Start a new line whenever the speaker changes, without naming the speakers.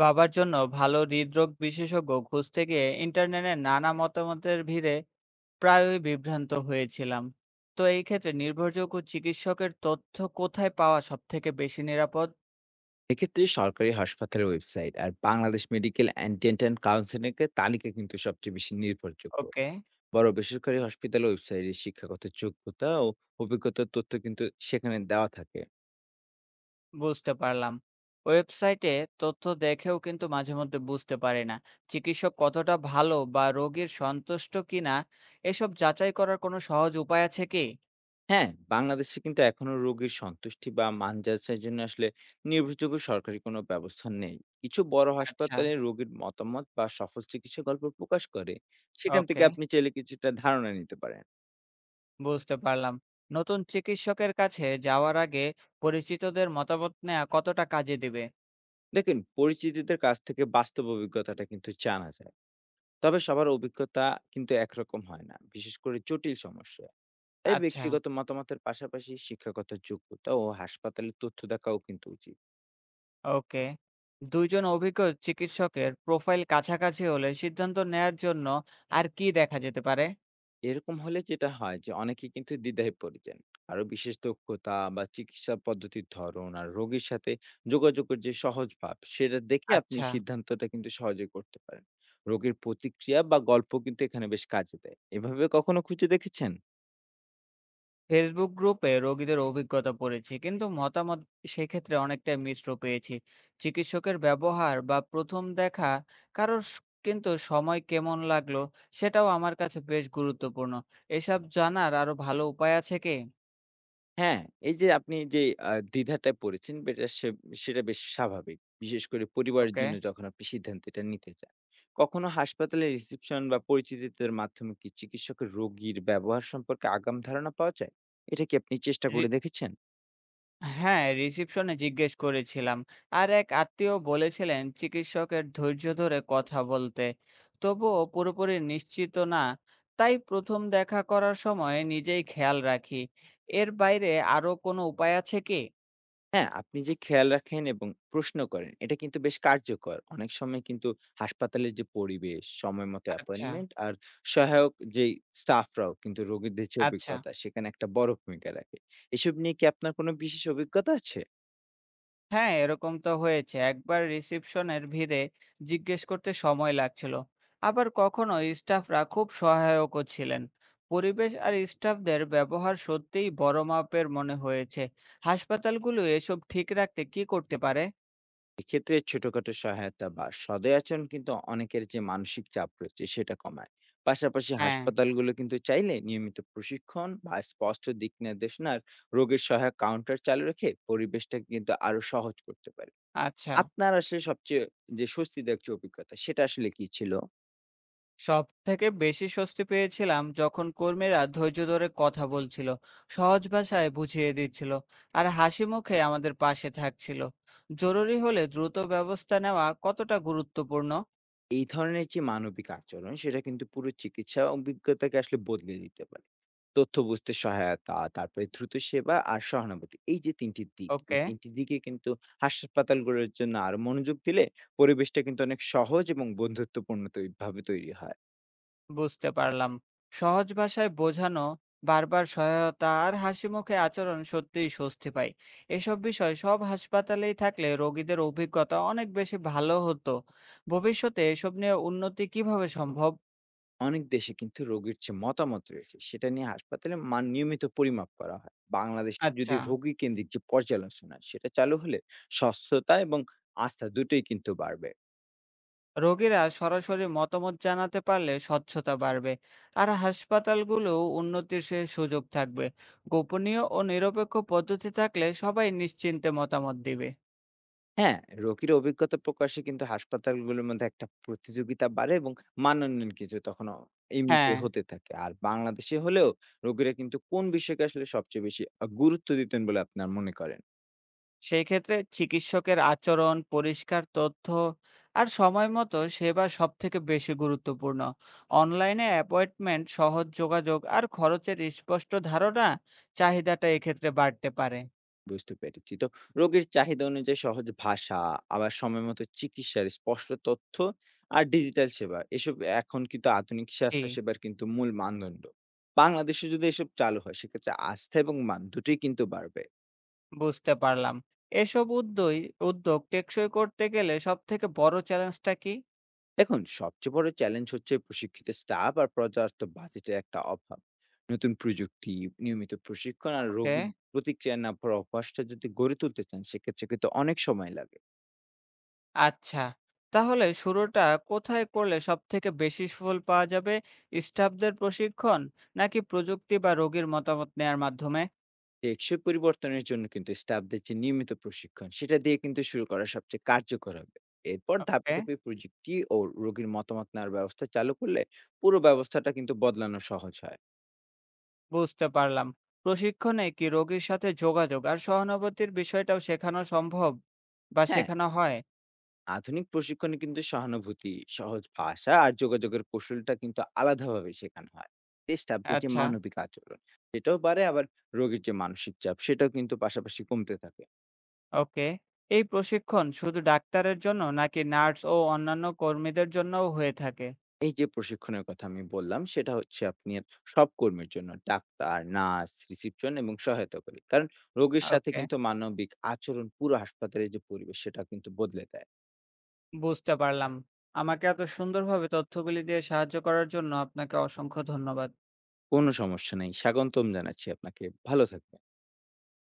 বাবার জন্য ভালো হৃদরোগ বিশেষজ্ঞ খুঁজতে গিয়ে ইন্টারনেটে নানা মতামতের ভিড়ে প্রায়ই বিভ্রান্ত হয়েছিলাম। তো এই ক্ষেত্রে নির্ভরযোগ্য চিকিৎসকের তথ্য কোথায় পাওয়া সব থেকে বেশি নিরাপদ?
এক্ষেত্রে সরকারি হাসপাতালের ওয়েবসাইট আর বাংলাদেশ মেডিকেল অ্যান্ড ডেন্টাল কাউন্সিলের তালিকা কিন্তু সবচেয়ে বেশি নির্ভরযোগ্য।
ওকে।
বড় বেসরকারি হসপিটাল ওয়েবসাইটে শিক্ষাগত যোগ্যতা ও অভিজ্ঞতার তথ্য কিন্তু সেখানে দেওয়া থাকে।
বুঝতে পারলাম। ওয়েবসাইটে তথ্য দেখেও কিন্তু মাঝে মধ্যে বুঝতে পারি না চিকিৎসক কতটা ভালো বা রোগীর সন্তুষ্ট কিনা। এসব যাচাই করার কোনো সহজ উপায় আছে কি?
হ্যাঁ, বাংলাদেশে কিন্তু এখনো রোগীর সন্তুষ্টি বা মান যাচাইয়ের জন্য আসলে নির্ভরযোগ্য সরকারি কোনো ব্যবস্থা নেই। কিছু বড়
আচ্ছা।
হাসপাতালে রোগীর মতামত বা সফল চিকিৎসা গল্প প্রকাশ করে। সেখান থেকে
ওকে।
আপনি চাইলে কিছুটা ধারণা নিতে পারেন।
বুঝতে পারলাম। নতুন চিকিৎসকের কাছে যাওয়ার আগে পরিচিতদের মতামত নেওয়া কতটা কাজে দিবে?
দেখেন, পরিচিতদের কাছ থেকে বাস্তব অভিজ্ঞতাটা কিন্তু জানা যায়। তবে সবার অভিজ্ঞতা কিন্তু একরকম হয় না, বিশেষ করে জটিল সমস্যা। তাই
আচ্ছা,
ব্যক্তিগত মতামতের পাশাপাশি শিক্ষাগত যোগ্যতা ও হাসপাতালের তথ্য দেখাও কিন্তু উচিত।
ওকে। ২ জন অভিজ্ঞ চিকিৎসকের প্রোফাইল কাছাকাছি হলে সিদ্ধান্ত নেয়ার জন্য আর কি দেখা যেতে পারে?
এরকম হলে যেটা হয় যে, অনেকে কিন্তু দ্বিধায় পড়ে যান। আরো বিশেষ দক্ষতা বা চিকিৎসা পদ্ধতির ধরন আর রোগীর সাথে যোগাযোগের যে সহজ ভাব সেটা দেখে আপনি
আচ্ছা।
সিদ্ধান্তটা কিন্তু সহজে করতে পারেন। রোগীর প্রতিক্রিয়া বা গল্প কিন্তু এখানে বেশ কাজে দেয়। এভাবে কখনো খুঁজে দেখেছেন?
ফেসবুক গ্রুপে রোগীদের অভিজ্ঞতা পড়েছি, কিন্তু মতামত সেক্ষেত্রে অনেকটা মিশ্র পেয়েছি। চিকিৎসকের ব্যবহার বা প্রথম দেখা কারোর স- কিন্তু সময় কেমন লাগলো সেটাও আমার কাছে বেশ গুরুত্বপূর্ণ। এসব জানার আরো ভালো উপায় আছে কি?
হ্যাঁ, এই যে আপনি যে দ্বিধাটায় পড়েছেন বেটা সে সেটা বেশ স্বাভাবিক। বিশেষ করে পরিবারের
ওকে।
জন্য যখন আপনি সিদ্ধান্তটা নিতে চান। কখনো হাসপাতালের রিসেপশন বা পরিচিতিদের মাধ্যমে কি চিকিৎসকের রোগীর ব্যবহার সম্পর্কে আগাম ধারণা পাওয়া যায়? এটা কি আপনি চেষ্টা করে দেখেছেন?
হ্যাঁ, রিসেপশনে জিজ্ঞেস করেছিলাম। আর এক আত্মীয় বলেছিলেন চিকিৎসকের ধৈর্য ধরে কথা বলতে। তবুও পুরোপুরি নিশ্চিত না। তাই ১ম দেখা করার সময় নিজেই খেয়াল রাখি। এর বাইরে আরো কোনো উপায় আছে কি?
হ্যাঁ, আপনি যে খেয়াল রাখেন এবং প্রশ্ন করেন, এটা কিন্তু বেশ কার্যকর। অনেক সময় কিন্তু হাসপাতালের যে পরিবেশ, সময় মতো
আচ্ছা,
অ্যাপয়েন্টমেন্ট আর সহায়ক যেই স্টাফরাও কিন্তু রোগীদের যে
আচ্ছা।
অভিজ্ঞতা, সেখানে একটা বড় ভূমিকা রাখে। এসব নিয়ে কি আপনার কোনো বিশেষ অভিজ্ঞতা আছে?
হ্যাঁ, এরকম তো হয়েছে। একবার রিসেপশনের ভিড়ে জিজ্ঞেস করতে সময় লাগছিল। আবার কখনো স্টাফরা খুব সহায়কও ছিলেন। পরিবেশ আর স্টাফদের ব্যবহার সত্যিই বড় মাপের মনে হয়েছে। হাসপাতালগুলো এসব ঠিক রাখতে কি করতে পারে?
এক্ষেত্রে ছোটখাটো সহায়তা বা সদয় আচরণ কিন্তু অনেকের যে মানসিক চাপ রয়েছে, সেটা কমায়। পাশাপাশি
হ্যাঁ,
হাসপাতালগুলো কিন্তু চাইলে নিয়মিত প্রশিক্ষণ বা স্পষ্ট দিক নির্দেশনার রোগের সহায়ক কাউন্টার চালু রেখে পরিবেশটাকে কিন্তু আরো সহজ করতে পারে।
আচ্ছা।
আপনার আসলে সবচেয়ে যে স্বস্তিদায়ক যে অভিজ্ঞতা সেটা আসলে কি ছিল?
সবথেকে বেশি স্বস্তি পেয়েছিলাম যখন কর্মীরা ধৈর্য ধরে কথা বলছিল, সহজ ভাষায় বুঝিয়ে দিচ্ছিল আর হাসি মুখে আমাদের পাশে থাকছিল। জরুরি হলে দ্রুত ব্যবস্থা নেওয়া কতটা গুরুত্বপূর্ণ।
এই ধরনের যে মানবিক আচরণ সেটা কিন্তু পুরো চিকিৎসা অভিজ্ঞতাকে আসলে বদলে দিতে পারে। তথ্য বুঝতে সহায়তা, তারপরে দ্রুত সেবা আর সহানুভূতি। এই যে ৩ টি দিক, এই
ওকে।
৩ টি দিকে কিন্তু হাসপাতালগুলোর জন্য আরো মনোযোগ দিলে পরিবেশটা কিন্তু অনেক সহজ এবং বন্ধুত্বপূর্ণ ভাবে তৈরি হয়।
বুঝতে পারলাম। সহজ ভাষায় বোঝানো, বারবার সহায়তা আর হাসি মুখে আচরণ সত্যিই স্বস্তি পাই। এসব বিষয় সব হাসপাতালেই থাকলে রোগীদের অভিজ্ঞতা অনেক বেশি ভালো হতো। ভবিষ্যতে এসব নিয়ে উন্নতি কিভাবে সম্ভব?
অনেক দেশে কিন্তু রোগীর যে মতামত রয়েছে সেটা নিয়ে হাসপাতালে মান নিয়মিত পরিমাপ করা হয়। বাংলাদেশে যদি
আচ্ছা।
রোগী কেন্দ্রিক যে পর্যালোচনা সেটা চালু হলে স্বচ্ছতা এবং আস্থা দুটোই কিন্তু বাড়বে।
রোগীরা সরাসরি মতামত জানাতে পারলে স্বচ্ছতা বাড়বে, আর হাসপাতালগুলো উন্নতির সে সুযোগ থাকবে। গোপনীয় ও নিরপেক্ষ পদ্ধতি থাকলে সবাই নিশ্চিন্তে মতামত দিবে।
হ্যাঁ, রোগীর অভিজ্ঞতা প্রকাশে কিন্তু হাসপাতালগুলোর মধ্যে একটা প্রতিযোগিতা বাড়ে এবং মানোন্নয়ন কিন্তু তখন এমনিতে
হ্যাঁ।
হতে থাকে। আর বাংলাদেশে হলেও রোগীরা কিন্তু কোন বিষয়কে আসলে সবচেয়ে বেশি গুরুত্ব দিতেন বলে আপনার মনে করেন?
সেই ক্ষেত্রে চিকিৎসকের আচরণ, পরিষ্কার তথ্য আর সময় মতো সেবা সব থেকে বেশি গুরুত্বপূর্ণ। অনলাইনে অ্যাপয়েন্টমেন্ট, সহজ যোগাযোগ আর খরচের স্পষ্ট ধারণা চাহিদাটা এক্ষেত্রে বাড়তে পারে।
বুঝতে পেরেছি। তো রোগীর চাহিদা অনুযায়ী সহজ ভাষা, আবার সময়মতো চিকিৎসার স্পষ্ট তথ্য আর ডিজিটাল সেবা, এসব এখন কিন্তু আধুনিক
জি।
স্বাস্থ্যসেবার কিন্তু মূল মানদণ্ড। বাংলাদেশে যদি এসব চালু হয় সেক্ষেত্রে আস্থা এবং মান দুটোই কিন্তু বাড়বে।
বুঝতে পারলাম। এসব উদ্যোই উদ্যোগ টেকসই করতে গেলে সবথেকে বড় চ্যালেঞ্জটা কি?
এখন সবচেয়ে বড় চ্যালেঞ্জ হচ্ছে প্রশিক্ষিত স্টাফ আর পর্যাপ্ত বাজেটের একটা অভাব। নতুন প্রযুক্তি, নিয়মিত প্রশিক্ষণ আর
ওকে,
রোগীর প্রতিক্রিয়া না পড়া অভ্যাসটা যদি গড়ে তুলতে চান সেক্ষেত্রে কিন্তু অনেক সময় লাগে।
আচ্ছা। তাহলে শুরুটা কোথায় করলে সবথেকে বেশি সুফল পাওয়া যাবে? স্টাফদের প্রশিক্ষণ, নাকি প্রযুক্তি বা রোগীর মতামত নেয়ার মাধ্যমে?
টেকসই পরিবর্তনের জন্য কিন্তু স্টাফদের যে নিয়মিত প্রশিক্ষণ সেটা দিয়ে কিন্তু শুরু করা সবচেয়ে কার্যকর হবে। এরপর ধাপে
ওকে,
ধাপে প্রযুক্তি ও রোগীর মতামত নেওয়ার ব্যবস্থা চালু করলে পুরো ব্যবস্থাটা কিন্তু বদলানো সহজ হয়।
বুঝতে পারলাম। প্রশিক্ষণে কি রোগীর সাথে যোগাযোগ আর সহানুভূতির বিষয়টাও শেখানো সম্ভব বা
হ্যাঁ,
শেখানো হয়?
আধুনিক প্রশিক্ষণে কিন্তু সহানুভূতি, সহজ ভাষা আর যোগাযোগের কৌশলটা কিন্তু আলাদাভাবে শেখানো হয়। এতে স্টাফদের যে
আচ্ছা।
মানবিক আচরণ সেটাও বাড়ে, আবার রোগীর যে মানসিক চাপ সেটাও কিন্তু পাশাপাশি কমতে থাকে।
ওকে। এই প্রশিক্ষণ শুধু ডাক্তারের জন্য নাকি নার্স ও অন্যান্য কর্মীদের জন্যও হয়ে থাকে?
এই যে প্রশিক্ষণের কথা আমি বললাম সেটা হচ্ছে আপনার সব কর্মীর জন্য — ডাক্তার, নার্স, রিসিপশন এবং সহায়তা করি। কারণ রোগীর সাথে
ওকে,
কিন্তু মানবিক আচরণ পুরো হাসপাতালের যে পরিবেশ সেটা কিন্তু বদলে দেয়।
বুঝতে পারলাম। আমাকে এত সুন্দরভাবে তথ্যগুলি দিয়ে সাহায্য করার জন্য আপনাকে অসংখ্য ধন্যবাদ।
কোনো সমস্যা নেই। স্বাগতম জানাচ্ছি আপনাকে। ভালো থাকবেন।